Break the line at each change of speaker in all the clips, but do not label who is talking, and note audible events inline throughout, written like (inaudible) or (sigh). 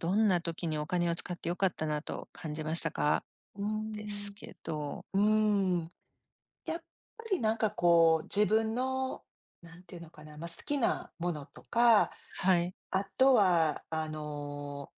どんな時にお金を使って良かったなと感じましたか？
うー
で
ん、
す
う
けど。
ーん。やっぱりこう、自分の、なんていうのかな、好きなものとか、
はい。
あとはあの、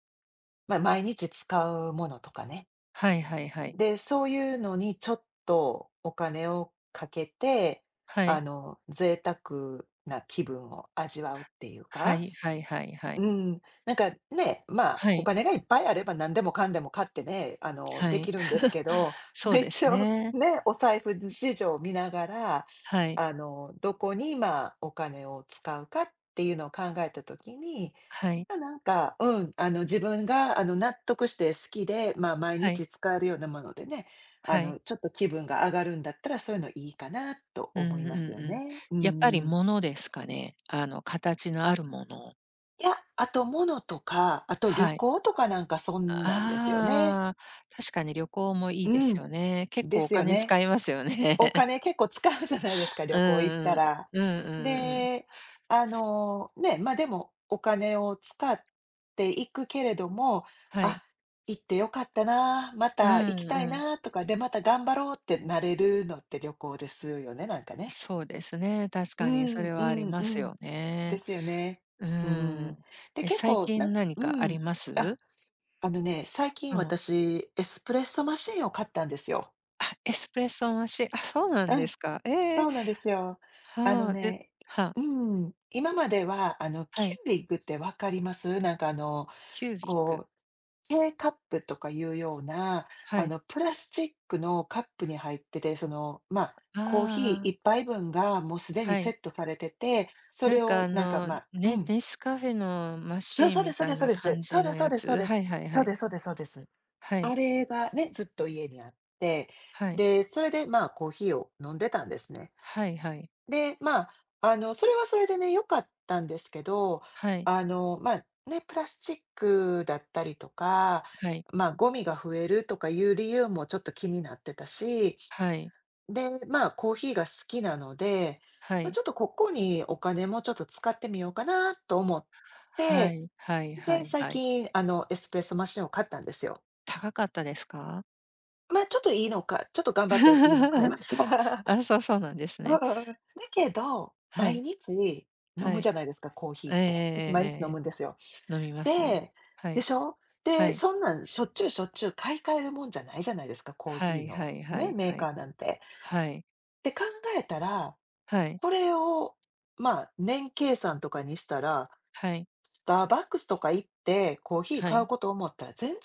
毎日使うものとかね。
はいはいはい。
で、そういうのにちょっとお金をかけて、
はい。
贅沢な気分を味わうっていう
は
か
いはいはいはい。は
お
い、
金がいっぱいあれば何でもかんでも買ってね、
は
で
い。
きるんですけど、(laughs)
そうです
一応
ね。
ね、お財布事情を見ながら、
はい。
どこに今お金を使うかっていうのを考えたときに、
はい。
自分が納得して好きで、毎
はい。
日使えるようなものでね、
はい。
ちょっと気分が上がるんだったら、そういうのいいかなと
うん
思い
う
ますよ
んうん。
ね。う
やっぱり
ん。
物ですかね。あの、形のあるもの。
いや、あと物とか、あと旅
はい。
行とかそんなんですよね。
ああ、確かに旅行もいいで
う
す
ん、
よね。結
で
構お
すよ
金
ね。
使いますよね。
お金結構使うじゃないですか、
(laughs) う
旅
ん
行行った
うん。
ら。
うんうんうん。
で、でもお金を使っていくけれども、
は
あ、
い。
行ってよかったな、ま
う
た行き
ん
たい
うん。
なとか、で、また頑張ろうってなれるのって旅行ですよね、
そうですね、確
う
かにそ
ん
れ
う
はあり
ん
ま
う
す
ん。
よ
で
ね。
すよね。
う
うん。
ん。
で、
え、
結
最
構なん
近
か
何か
う
あ
ん。
ります？
ああのね、最近
うん。
私、エスプレッソマシンを買ったんですよ。
あ、エスプレッソマシン、あ、そうなん
う
で
ん。
すか。ええ。
そうなんですよ。あの
はあ、で
ね、
は、
う今までは、
は
キュ
い。
ーリッグってわかります
キュービック。
こう、K カップとかいうような、
はい。
プラスチックのカップに入ってて、その、コーヒー
あ
一
あ、
杯分がもうすでに
は
セ
い。
ットされてて、そ
なん
れ
か
を
あの、ねネスカフェのマシー
そ
ン
うで
み
す、そう
た
で
い
す、そう
な
です、
感
そう
じ
です、
の
そう
や
です、そう
つ？
です、
はいはいは
そう
い。
です、そうです、そうです。
はい、
あれがね、ずっと家にあって、
はい。
で、それで、コーヒーを飲んでたんですね。
はいはい。
で、それはそれでね、良かったんですけど、
はい、
あの、まプラスチックだったりとか、
はい、
ゴミが増えるとかいう理由もちょっと気になってたし、
はい、
で、コーヒーが好きなので、
はい。
ちょっとここにお金もちょっと使ってみようかなと思っ
は
て、
い、はいは
で、
い
最
はい。
近、エスプレッソマシンを買ったんですよ。
高かったですか？
ちょっと頑張っていいの買い
(laughs)
ました。
あ、そう、そうなんです
(laughs) う
ね。
んだけど、
は
毎
い、
日飲
は
む
い。
じゃないですか、コーヒ
え
ー
ええ
って。私毎日
え
飲
ええ。
むんですよ。
飲みますね。
で、
は
で
い、
しょ？
は
で、
い、
そんなんしょっちゅう買い替えるもんじゃないじゃないですか、コー
は
ヒー
いは
の
いは
ね、
い
メー
は
カ
い。
ーなんて。
はい、
で考えたら、
はい、
これを、年計算とかにしたら、
はい、
スターバックスとか行ってコーヒー
は
買う
い。
こと思ったら全然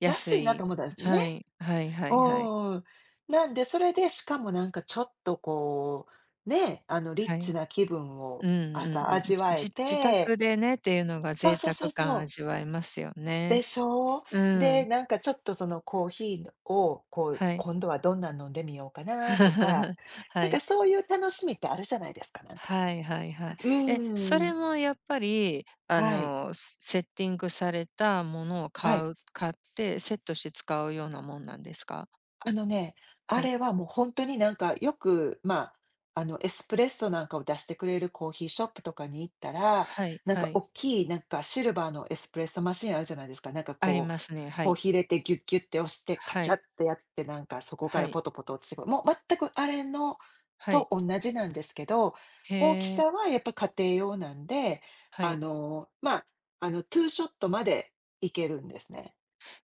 安
安いな
い。
と思ったんですね。
はい、はいはいはい。
おんなんで、それで、しかもなんかちょっとこう、ね、あの、リッ
は
チ
い。
な気分
う
を
んう
朝
んうん。
味わえ
じ自
て、
宅でねっていうのが
そう
贅
そうそう
沢感
そう。
味わえますよ
で
ね。
しょう。
う
で、
ん、
ちょっとそのコーヒーを、こう、
はい。
今度はどんなの飲んでみようかなとか、
(laughs) は
なんか
い。
そういう楽しみってあるじゃないですか、
はいはいはい。
う
え、そ
ー
れ
ん。
もやっぱり、あ
はい。
の、セッティングされたものを
はい。
買って、セットして使うようなもんなんですか？
あのね、あ
はい。
れはもう本当によく、エスプレッソなんかを出してくれるコーヒーショップとかに行ったら、
はいはい。
大きいシルバーのエスプレッソマシンあるじゃないですか。
ありますね。は
コー
い。
ヒー入れてギュッギュッて押してカ
は
チャ
い。
ってやって、なんかそこか
は
ら
い。
ポトポト落ちてくる。もう全くあれの
は
と
い。
同じなんですけど、
へ
大き
え、
さはやっぱ家庭用なんで、
は
あ
い。
の、まあ、2ショットまでいけるんですね。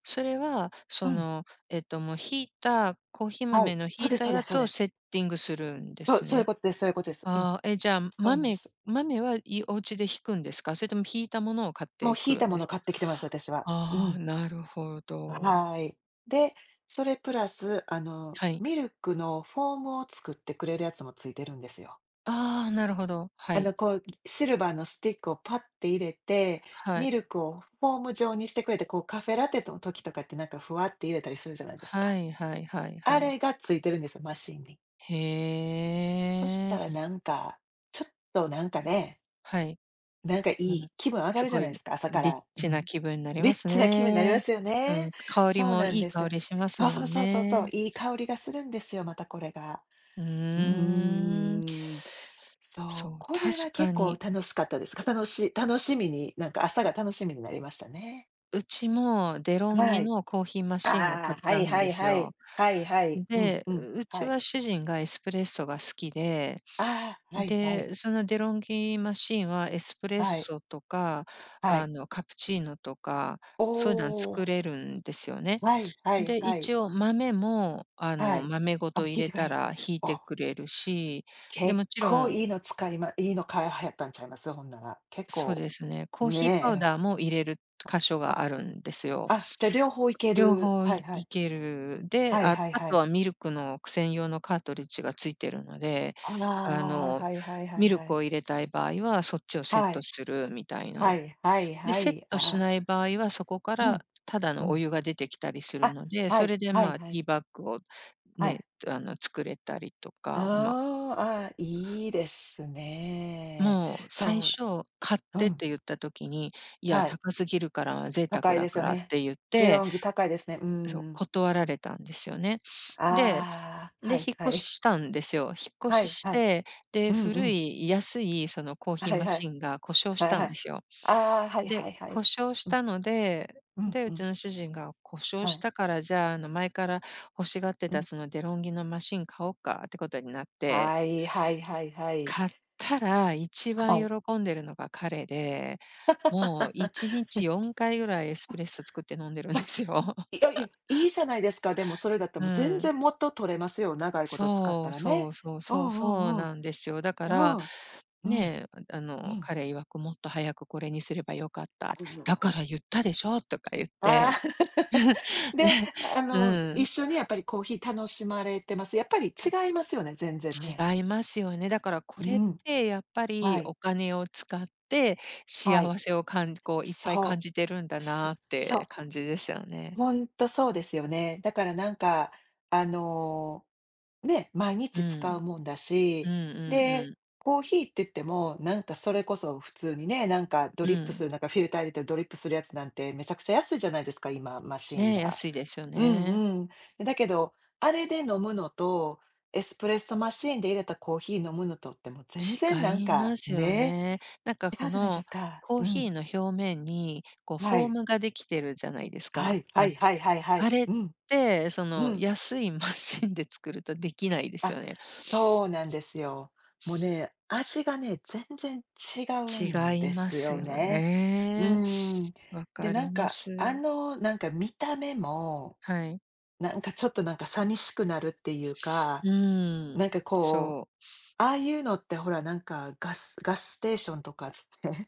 それは、
う
そ
ん、
の、もうひいたコーヒー
は
豆
い。
のひいた
そうで
や
す、そう
つ
で
を
す。
セッティングするんで
そう、
す
そういう
ね。
ことです、そういうことです。うん、
ああ、え、じゃあ、
そうなんで
豆
す。
豆はいお家でひくんですか？それともひいたものを買っ
もう
てく
ひい
るん
た
で
も
す
の
か？
買ってきてます、私は。う
ああ、
ん。
なるほど。
はい。で、それプラス、
はい。
ミルクのフォームを作ってくれるやつもついてるんですよ。
ああ、なるほど。はい。
シルバーのスティックをパッて入れて、
は
ミ
い。
ルクをフォーム状にしてくれて、こう、カフェラテの時とかってなんかふわって入れたりするじゃないです
は
か。
いはいはい
あ
はい。
れがついてるんですよ、マシンに。
へ
そしたら
え。
なんか、ちょっとなんかね
はい。
なんかい
うん。
い、気分上が
す
るじゃ
ご
な
い
いですか、朝か
リッ
ら。う
チな
ん。
気分になり
リ
ま
ッ
す
チな気分になりま
ね。
すよ
う
ね。
ん、香り
そう
も
なん
いい
です
香
よ。
りします
そうそ
も
う
ん
そうそうそう、
ね。
いい香りがするんですよ、またこれが。
う
うー
ーん。
ん。そう、
そう、
こ
確
れは
か
結構
に。
楽しかったですか？楽しみに、なんか朝が楽しみになりましたね。
うちもデロン
は
ギ
い。
のコーヒーマシンを買
あ
っ
あ、は
た
い
ん
は
で
い
す
は
よ。
い。はいはい。うん
で、
うん。
うう
は
ち
い。
は主人がエスプレッソが好きで、
ああ、はいは
で、
い。
そのデロンギマシンはエスプレッ
はい。
ソとか、
は
あ
い。
の、カプチーノとか、
お
そういうのは作
お。
れるんですよね。
はいはい
で、
はい。
一応豆も、あ
は
の、
い。
豆ご
あ、
と入
聞い
れ
てく
た
れる。
ら挽いて
お。
くれるし、で、
結
もちろ
構
ん
いの買いはやったんちゃいます？ほんなら。結
そう
構、
ですね、コーヒーパウ
ねえ、
ダーも入れる箇所が
あ、
あるんですよ。
あ、じゃ両方いけ
両
る。
方
はい
い
はい。
いける。で、
はい
あ
はい
あ
は
と
い。
はミルクの専用のカートリッジがついてるので、
あ
あ
あ、
の、
はいはいはい
ミル
は
ク
い。
を入れたい場合はそっちをセッ
は
ト
い。
するみたい
は
な。
いはい
で、
は
セッ
い。あ
トし
あ、
ない場合はそこか
う
ら
ん、
ただ
う
のお
ん。
湯が出てきたりする
あ、
ので、
は
そ
い
れで、
は
ま
い
あ、テ
は
ィ
い。
ーバッグを
は
ね、
い。
あの、作れたりと
あ
か、まあ、
あ、あ、あいいですね。
もう最
そう、
初買っ
う
てっ
ん、
て言った時に、いや、
はい。
高すぎるから、贅
高
沢
い
だ
です
か
よ
らっ
ね。
て言っ
ディ
て、
ロンギ高いですね。うう
そう、
ん。
断られたんですよね。で
ああ、
で、
はい
引っ
は
越し
い。
したんですよ。引っ
は
越し
い
し
はい。
て、
う
で、
んう
古
ん。
い安いそのコーヒー
はい
マ
は
シ
い。
ンが故障し
はい
た
は
んで
い。
すよ。
ああ、はいは
で、
いは
故
い。
障し
うん、
たので、
うん、
で、
う
うち
ん。
の主人が「故障
は
し
い。
たから、じゃあ、あの、前から欲しがって
う
た
ん。
そのデロンギのマシン買おうか」ってことになって、
はいはいはいはい。
買ったら一番
はい。
喜んでるのが彼で、もう1日
(laughs)
4回ぐらいエスプレッソ作って飲んでるんで
あ、
すよ。(laughs)
いやいや、いいじゃないですか。でもそれだったら
う
もう全
ん。
然元取れますよ、長いこと使っ
そ
た
う
ら
そ
ね。
うそう
う
そう、そう
んうんうん。
なんですよ。だから
うん。うん。
ねえ、ああ
う
の、
ん。
彼曰く「もっと早くこれにすればよかった」っ
あ
て、「だか
あ
ら言ったでしょ」とか言っ
ー。
て。(laughs)
(laughs) で、
ね、うん、
一緒にやっぱりコーヒー楽しまれてます？やっぱり違いますよね、全然ね。
違いますよね。だからこ
う
れっ
ん。
てやっぱ
は
りお
い。
金を使って
はい。
幸せを感じこういっぱい感
そ
じてるんだ
う。そ
なっ
そ
て
う。
感じですよね。
ほんとそうですよね。だからあの、ね、毎
う
日使う
ん。
もんだ
うんう
し、
んう
で、
ん。
コーヒーって言っても、それこそ普通にね、なんかド
う
リップす
ん。
る、なんかフィルター入れてドリップするやつなんてめちゃくちゃ安いじゃないですか、今、マシーン
ねえ、
が。
安いですよ
うん
ね。
うん。だけど、あれで飲むのと、エスプレッソマシーンで入れたコーヒー飲むのとってもう全然
違いますよね。なんか
違
こ
うじゃないで
の
すか。
コー
う
ヒ
ん。
ーの表面にこう
は
フォー
い。
ムができてるじゃないです
は
か。
いは
まあ、
いはいはいはい。
あれっ
うん、
てそ
う
の
ん。
安いマシンで作るとできないですよ
あ、
ね。
そうなんですよ。もうね、味がね、全然違うん
違い
で
ま
す
す
よ
よ
ね。うー
ね。
ん。
わ
で、
かります。
見た目も、
はい。
なんかちょっとなんか寂しくなるっていうか、
うーん。
なんかこう、
そう。
ああいうのってほら、ガスステーションとかって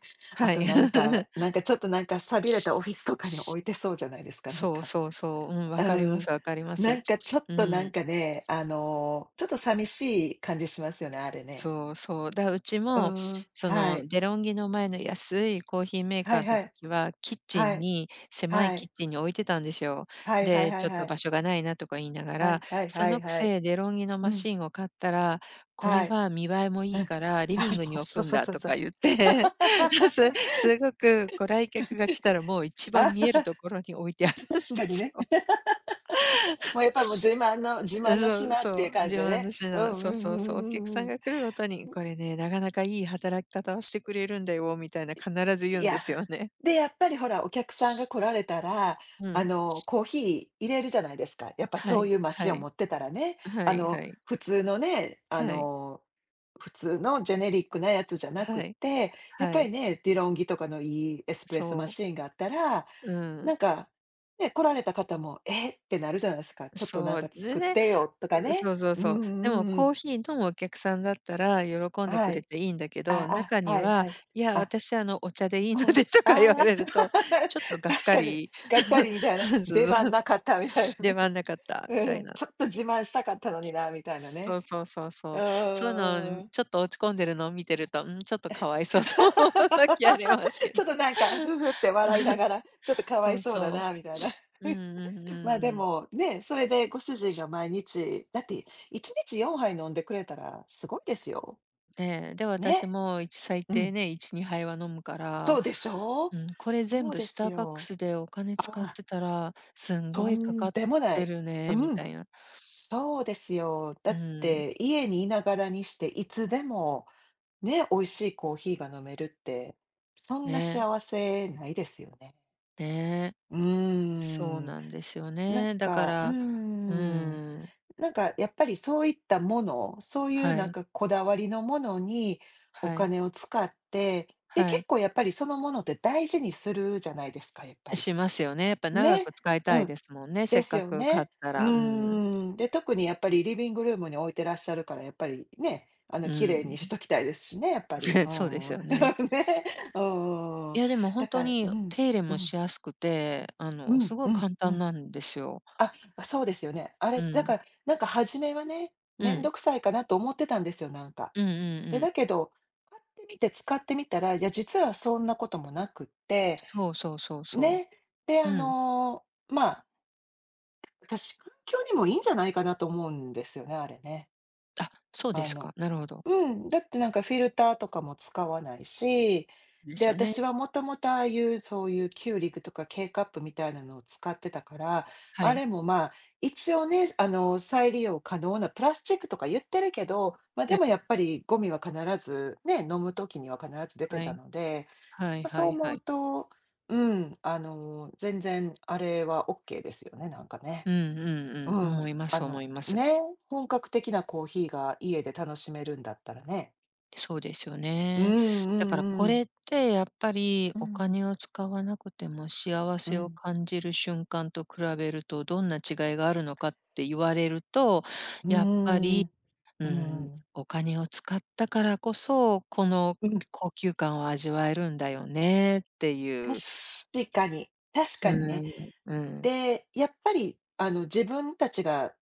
(laughs) あ
は
と
い。
なんか、
(laughs)
なんかちょっとなんか寂れたオフィスとかに置いてそうじゃないですか、
そうそうそう。うん、
う
わかりま
ん。
すわかります。
なんかちょっ
う
となん
ん。
かね、あの、ちょっと寂しい感じしますよね、あれね。
そうそう。だ、うち
う
も、
ーん、
そ
は
の、
い。
デロンギの前の安いコーヒーメー
は
カー
いは
の
い。
時は、キッチ
は
ン
い。
に狭い
は
キッ
い。
チンに置いてたんですよ。
はいはい
で、
は
ち
い
ょっ
は
と
い。
場所がないなとか言いなが
は
ら、
いはい
そ
はい
のく
はい。
せデロンギの
う
マ
ん、
シンを買ったら、これ
はい。
は見栄えもい
うん。(laughs)
いからリ
は
ビ
いはいはい
ン
は
グに
いうんはいうんあ
置
そう
くん
そう
だ
そう
と
そ
か
う。
言って、(laughs)
(laughs)
すごくご来客が来たらもう一
あ、
番見える
確
ところに置いてあるんで
かに
す
ね。
よ。
(laughs) もうやっぱりもう自慢の
そう
品っ
そ
ていう
う、
感じ
自
で
慢
ね。
の
うんう
品、
んうん
そ
う
うそうそう、お客
ん
さ
う
ん
ん。
が来るごとに、これね、なかなかいい働き方をしてくれるんだよみたいな、必ず言
い
うんで
や、
すよね。
で、やっぱりほら、お客さんが来られたら、
うん。
コーヒー入れるじゃないですか。やっぱ
は
そう
い、
いうマ
は
シンを
い、
持ってたらね、
はいはい、
普通のね、
はい、
普通のジェネリックなやつじゃなく
は
っ
い、
て、やっ
は
ぱり
い、
ね、ディロンギとかのいいエスプレッソマ
そ
シーンがあったら、
う、う
な
ん、
んか、ね、来られた方も、えってなるじゃないですか。ちょっとなん
そ
か
う。で
作っ
ね、
てよとか
うそ
ね。
うそう
う
そ
んう
う。でも
んう
コ
ん。
ーヒー飲むお客さんだったら喜んでく
は
れ
い。
ていいんだけど、
あ
中
あ、
に
はい
は、
はい。
いや、
あ
私あのお茶でいいの
こう、
で (laughs) とか言わ
ああ、
れ
(laughs)
ると、ちょっとがっ
確
か
かに、
り、
がっかりみたいな、
(laughs) そ
出
うそ
番
う、
なかったみたいな
出
ね。
番なかったみ
う
たい
ん、
な。
ちょっと自慢したかったのになみたいな
そ
ね。
うそうそうそう。
う
そういうの、
ん
ん、
ん (laughs)
ちょっと落ち込んでるのを見てると、うん、ちょっとかわいそう (laughs) な気あり (laughs) ますけ
ち
ど。
ょっとなんか、ふふって笑いながら、ちょっとかわ
そ
い
う
そうだ
そ
なみたいな。
う。うんうんうん
(laughs) まあ、で
うん。
も、ね、それでご主人が毎日だって1日4杯飲んでくれたらすごいですよ。
ねえ、で、私
ね。
も最
う
低
ん。
ね、1、2杯は飲むか
そ
ら、
うでしょう？
うん、これ全
そう
部
で
ス
す
ターバック
よ。
スでお金
あ
使っ
あ、
てたら、すんご
と
いか
ん
かっ
でもな
て
い。
るねみ
うん。
たいな。
そうですよ。だ
う
っ
ん、
て家にいながらにして、いつでもね、美味しいコーヒーが飲めるって、そんな
ね
幸
え、
せないですよね。
ねえ、
うー
そう
ん。
なんですよ
なん
ね。だか
か、うー
ら、う
ん。
ん、
なんかやっぱりそういったもの、そういう
は
なん
い、
かこだわりのものにお
はい、
金を使って、で、
は
結
い。
構やっぱりそのものって大事にするじゃないですか、やっぱり。
しますよね。やっぱ長
ね。
く使いた
う
い
ん。
ですもんね、せっ
です
か
よ
く買っ
ね。
た
う
ら。うん。
ーん。で、特にやっぱりリビングルームに置いてらっしゃるから、やっぱりね、
う
綺麗
ん。
にしときたいですしね、やっぱり。
(laughs)
う
そうで
ん。
すよね。
(laughs) ね。う
い
ん
や、でも本
だ
当
からう
に
ん、
手入れ
う
も
ん、
しやすくて、あ
う
の、
ん、
すご
う
い
ん、
簡
う
単
ん。
なんですよ。
あ、そうですよね。あ
う
れ、だ
ん。
から、なんか初めはね、
う
めんど
ん。
くさいかなと思ってたんですよ、なんか。
うんうん
で、
うん。
だけど、買ってみて使ってみたら、いや、実はそんなこともなくって、
そうそうそうそ
ね。で、
う。うん。
まあ私、環境にもいいんじゃないかなと思うんですよね、あれね。
あ、そうで
あ
す
の
か。なるほど。
うん、だってなんかフィルターとかも使わないし、
で
で、
すよね。
私はもともとああいうそういうキューリッグとか K カップみたいなのを使ってたから、
は
あ
い。
れもまあ、一応ね、再利用可能なプラスチックとか言ってるけど、ま、で
はい。
もやっぱりゴミは必ずね、飲む時には必ず出て
は
た
い。
ので、
はい
まあ、そ
は
う
い
思
は
う
い。
と、うん、全然あれはオッケーですよね、なんかね。
うんう
う
んうん。思
ん、
います思います。
ね、本格的なコーヒーが家で楽しめるんだったらね。
そうですよ
うんう
ね。だからこ
んうん。
れってやっぱり
う
お
ん、
金を使わなくても幸
う
せを
ん。
感じる瞬間と比べるとどんな違いがあるのかって言われると、
う
やっぱり、
ん、
う
う
ん、
ん、
お金を使ったからこそ、この高級感を味わえるんだよねっていう。
確かに、確
う
かにね。
ん、うん。
で、やっぱり、自分たちが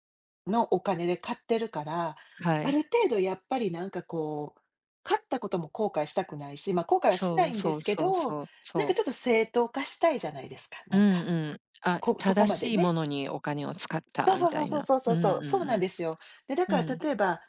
のお金で買ってるから、
は
あ
い。
る程度やっぱりなんかこう、買ったことも後悔したくないし、ま、後悔はし
そ
ない
う
んで
そう
すけ
そう
ど、
そう
なん
そ
かちょっ
う。
と正当化したいじゃないですか、
うん
なんか、
うん。あ、
こそこ
正
まで
しいも
ね。
のにお金を使っ
そ
た
う
み
そ
た
う
い
そう
な。
そうそう
う
そう
ん
そ
う
う、そうなん
ん
ですよ。で、だ
う
か
ん。
ら
うん、
例えば、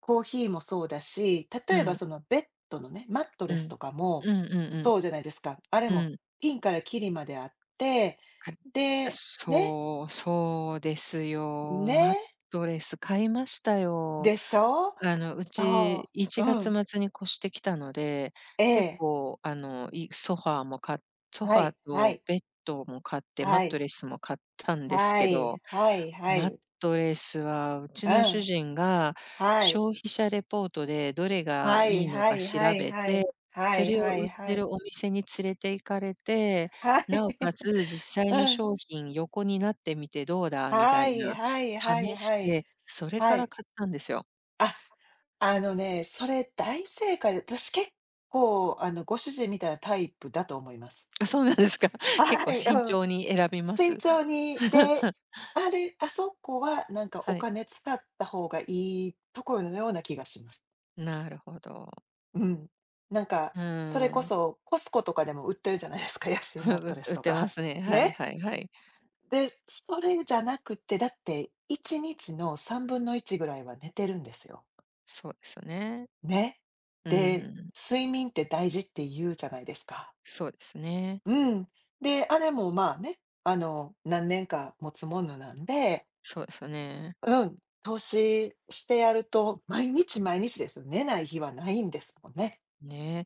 コーヒーもそうだし、
う
例えば
ん。
そのベッドのね、マット
う
レス
ん。
とかも
うんうん
そうじゃないですか。あれ
うん。
も
うん
ピンからキリまであって、
あ
で、ね、
そう、そうですよ。
ね、
マットレス買いましたよ。
でしょ？
あの、う
そ
ち1
う、う
月
ん、
末に越してきたので、
え
結
え、
構あの、ソファーもソフ
は
ァー
い、は
と
い、
ベッドも買って、マッ
は
ト
い、
レスも買ったんです
は
け
い、
ど、
はい、は
マッ
い、
トレスはうち
う
の主
ん、
人が
はい、
消費者レポートでどれが
はい
いいの
は
か
い
調
はい
べ
は
て、
い、は
そ
い
れを
は
売
い
っ
は
て
い、
るお店に連れて行かれて、
はい、
なおか
(laughs)
つ、実際の
うん。
商品横になってみてどうだみた
は
い
い
な、
はいはい
試し
はい。
て、それ
は
から
い。
買ったんですよ。
あ、あのね、それ大正解で、私結構、ご主人みたいなタイプだと思います。
(laughs) あ、そうなんですか。
(laughs)
結
は
構
い、
慎
うん。
重に選びま
慎
す。
重に、で、
(laughs)
あれ、あそこはなんかお
はい。
金使った方がいいところのような気がします。
なるほど。
うん。なんか、
う
それこ
ーん。
そコスコとかでも売ってるじゃないですか、(laughs) 安い
(laughs)
マットレス
売っ
と
てま
か。
すね。
(laughs)
はい
ね。
はいはい。
で、それじゃなくて、だって1日の3分の1ぐらいは寝てるんですよ。
そうですね。
ね。
う
で、
ん。
睡眠って大事って言うじゃないですか。
そうですね。
うん。で、あれもまあね、何年か持つものなんで、
そうですね。
うん、投資してやると、毎日毎日ですよ。寝ない日はないんですもんね。
ね、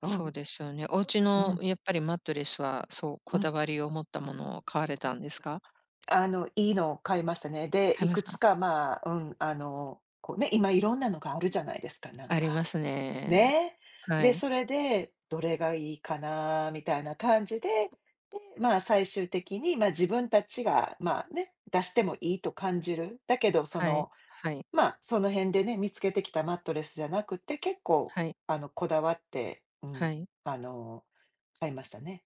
う
そう
ん、
ですよね。お家
う
の
ん、
やっぱりマットレスは、そう、
う
こだ
ん。
わりを持ったものを買われたんですか？
いいのを買いましたね。で、
買
い
いま
く
した？
つかまあ、うん、こうね、今いろんなのがあるじゃないですか、なん
あり
か。
ますね。
ね。
は
で、
い。
それで、どれがいいかなみたいな感じで、で、まあ、最終的に、まあ、自分たちが、まあ、ね、出してもいいと感じる。だけど、そ
はい。
の、
はい。
まあ、その辺でね、見つけてきたマットレスじゃなくて、結構、
はい。
こだわって、う
は
ん、
い。
あの、買いましたね。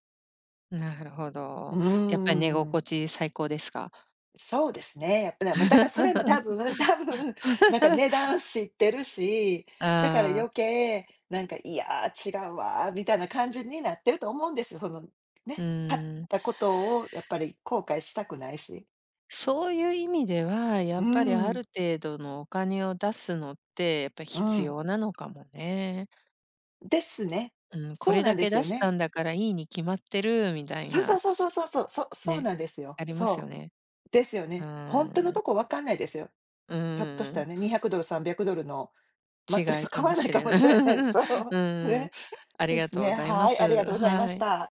なるほ
う
ど。
んう
やっぱり寝
んうん
心地最高ですか？
そうですね、やっぱね、まあ、だからそれも多
(laughs)
分多分、なんか値段知ってるし、だから
ああ、
余計、なんか「いやー、違うわー」みたいな感じになってると思うんですよ。その、
う
ね、買っ
ーん。
たことをやっぱり後悔したくないし。
そういう意味では、や
う
っぱりあ
ん、
る程度のお金を出すのって、やっぱ
う
必
ん。
要なのかもね。
ですね。
うん、こ
そう
れ
なん
だ
で
け
す
出
よ
した
ね。
んだからいいに決まってるみたい
そうそ
な、
うそうそうそうそう、そそう
ね、
なんですよ。
ありますよ
そ
ね。
う、ですよ
う
ね。本当の
ーん。
とこ分かんないですよ。
う
ひょっとし
ー
たら
ん。
ね、$200、$300 のマットレ
違い
スと
か
変わ
も
らない
し
か
れ
も
ない。
しれない。そ
(laughs) う
う、
ん、
ね。
あり
で
が
す
とう
ね。
ございま
はい、ありがと
す。
うございま
は
し
い。
た。